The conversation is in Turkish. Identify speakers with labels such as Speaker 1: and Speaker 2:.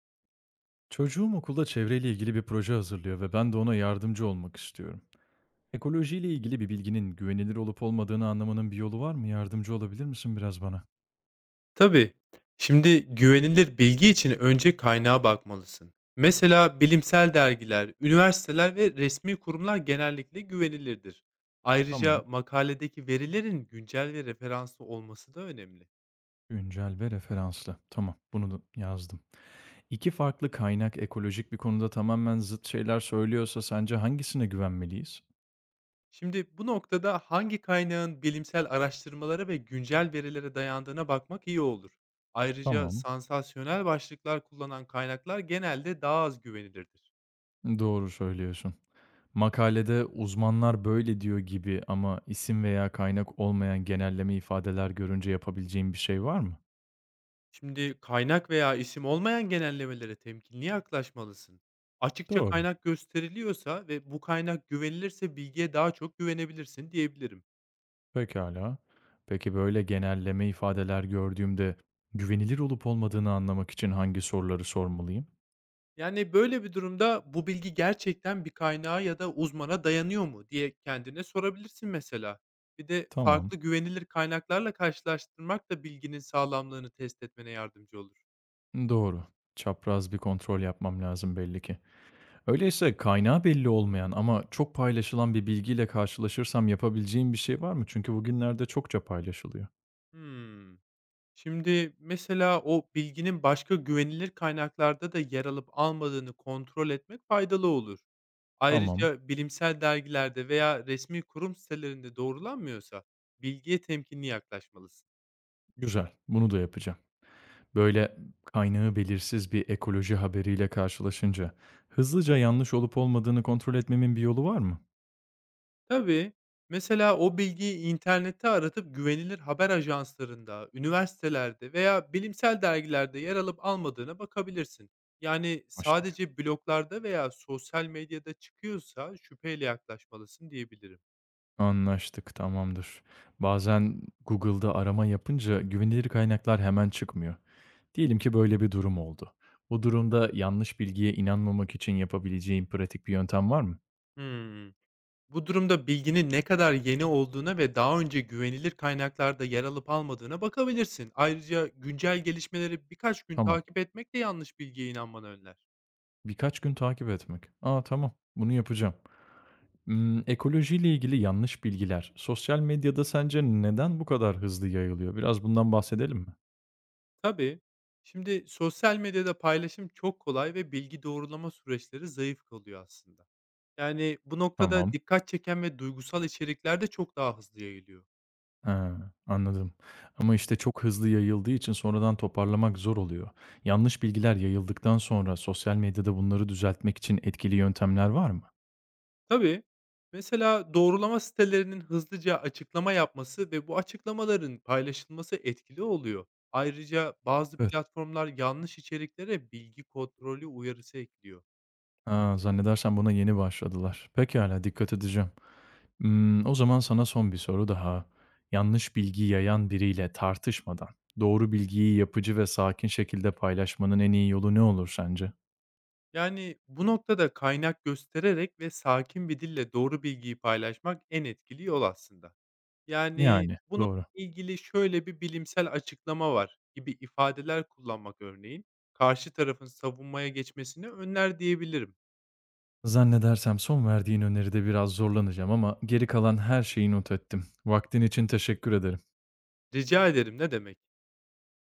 Speaker 1: Çocuğum okulda çevreyle ilgili bir proje hazırlıyor ve ben de ona yardımcı olmak istiyorum. Ekolojiyle ilgili bir bilginin güvenilir olup olmadığını anlamanın bir yolu var mı? Yardımcı olabilir misin biraz bana?
Speaker 2: Tabii. Şimdi güvenilir bilgi için önce kaynağa bakmalısın. Mesela bilimsel dergiler, üniversiteler ve resmi kurumlar genellikle güvenilirdir. Ayrıca
Speaker 1: Tamam.
Speaker 2: makaledeki verilerin güncel ve referanslı olması da önemli.
Speaker 1: Güncel ve referanslı. Tamam, bunu da yazdım. İki farklı kaynak ekolojik bir konuda tamamen zıt şeyler söylüyorsa sence hangisine güvenmeliyiz?
Speaker 2: Şimdi bu noktada hangi kaynağın bilimsel araştırmalara ve güncel verilere dayandığına bakmak iyi olur. Ayrıca
Speaker 1: Tamam.
Speaker 2: sansasyonel başlıklar kullanan kaynaklar genelde daha az güvenilirdir.
Speaker 1: Doğru söylüyorsun. Makalede uzmanlar böyle diyor gibi ama isim veya kaynak olmayan genelleme ifadeler görünce yapabileceğim bir şey var mı?
Speaker 2: Şimdi kaynak veya isim olmayan genellemelere temkinli yaklaşmalısın. Açıkça
Speaker 1: Doğru.
Speaker 2: kaynak gösteriliyorsa ve bu kaynak güvenilirse bilgiye daha çok güvenebilirsin diyebilirim.
Speaker 1: Pekâlâ. Peki, böyle genelleme ifadeler gördüğümde güvenilir olup olmadığını anlamak için hangi soruları sormalıyım?
Speaker 2: Yani böyle bir durumda bu bilgi gerçekten bir kaynağa ya da uzmana dayanıyor mu diye kendine sorabilirsin mesela. Bir de
Speaker 1: Tamam.
Speaker 2: farklı güvenilir kaynaklarla karşılaştırmak da bilginin sağlamlığını test etmene yardımcı olur.
Speaker 1: Doğru. Çapraz bir kontrol yapmam lazım belli ki. Öyleyse kaynağı belli olmayan ama çok paylaşılan bir bilgiyle karşılaşırsam yapabileceğim bir şey var mı? Çünkü bugünlerde çokça paylaşılıyor.
Speaker 2: Hmm. Şimdi mesela o bilginin başka güvenilir kaynaklarda da yer alıp almadığını kontrol etmek faydalı olur.
Speaker 1: Tamam,
Speaker 2: Ayrıca bilimsel dergilerde veya resmi kurum sitelerinde doğrulanmıyorsa bilgiye temkinli yaklaşmalısın.
Speaker 1: güzel. Bunu da yapacağım. Böyle kaynağı belirsiz bir ekoloji haberiyle karşılaşınca hızlıca yanlış olup olmadığını kontrol etmemin bir yolu var mı?
Speaker 2: Tabii, mesela o bilgiyi internette aratıp güvenilir haber ajanslarında, üniversitelerde veya bilimsel dergilerde yer alıp almadığına bakabilirsin. Yani
Speaker 1: Anlaştık.
Speaker 2: sadece bloglarda veya sosyal medyada çıkıyorsa şüpheyle yaklaşmalısın diyebilirim.
Speaker 1: Anlaştık, tamamdır. Bazen Google'da arama yapınca güvenilir kaynaklar hemen çıkmıyor. Diyelim ki böyle bir durum oldu. Bu durumda yanlış bilgiye inanmamak için yapabileceğim pratik bir yöntem var mı?
Speaker 2: Hmm. Bu durumda bilginin ne kadar yeni olduğuna ve daha önce güvenilir kaynaklarda yer alıp almadığına bakabilirsin. Ayrıca güncel gelişmeleri birkaç gün
Speaker 1: Tamam.
Speaker 2: takip etmek de yanlış bilgiye inanmanı önler.
Speaker 1: Birkaç gün takip etmek. Aa tamam. Bunu yapacağım. Hmm, ekolojiyle ilgili yanlış bilgiler sosyal medyada sence neden bu kadar hızlı yayılıyor? Biraz bundan bahsedelim mi?
Speaker 2: Tabii. Şimdi sosyal medyada paylaşım çok kolay ve bilgi doğrulama süreçleri zayıf kalıyor aslında. Yani bu noktada
Speaker 1: Tamam.
Speaker 2: dikkat çeken ve duygusal içerikler de çok daha hızlı yayılıyor.
Speaker 1: Ha, anladım. Ama işte çok hızlı yayıldığı için sonradan toparlamak zor oluyor. Yanlış bilgiler yayıldıktan sonra sosyal medyada bunları düzeltmek için etkili yöntemler var mı?
Speaker 2: Tabii. Mesela doğrulama sitelerinin hızlıca açıklama yapması ve bu açıklamaların paylaşılması etkili oluyor. Ayrıca bazı
Speaker 1: Evet.
Speaker 2: platformlar yanlış içeriklere bilgi kontrolü uyarısı ekliyor.
Speaker 1: Ha, zannedersem buna yeni başladılar. Pekala, dikkat edeceğim. Hmm, o zaman sana son bir soru daha. Yanlış bilgi yayan biriyle tartışmadan doğru bilgiyi yapıcı ve sakin şekilde paylaşmanın en iyi yolu ne olur sence?
Speaker 2: Yani bu noktada kaynak göstererek ve sakin bir dille doğru bilgiyi paylaşmak en etkili yol aslında. Yani
Speaker 1: Yani,
Speaker 2: bunun
Speaker 1: doğru.
Speaker 2: ilgili şöyle bir bilimsel açıklama var gibi ifadeler kullanmak örneğin karşı tarafın savunmaya geçmesini önler diyebilirim.
Speaker 1: Zannedersem son verdiğin öneride biraz zorlanacağım ama geri kalan her şeyi not ettim. Vaktin için teşekkür ederim.
Speaker 2: Rica ederim, ne demek?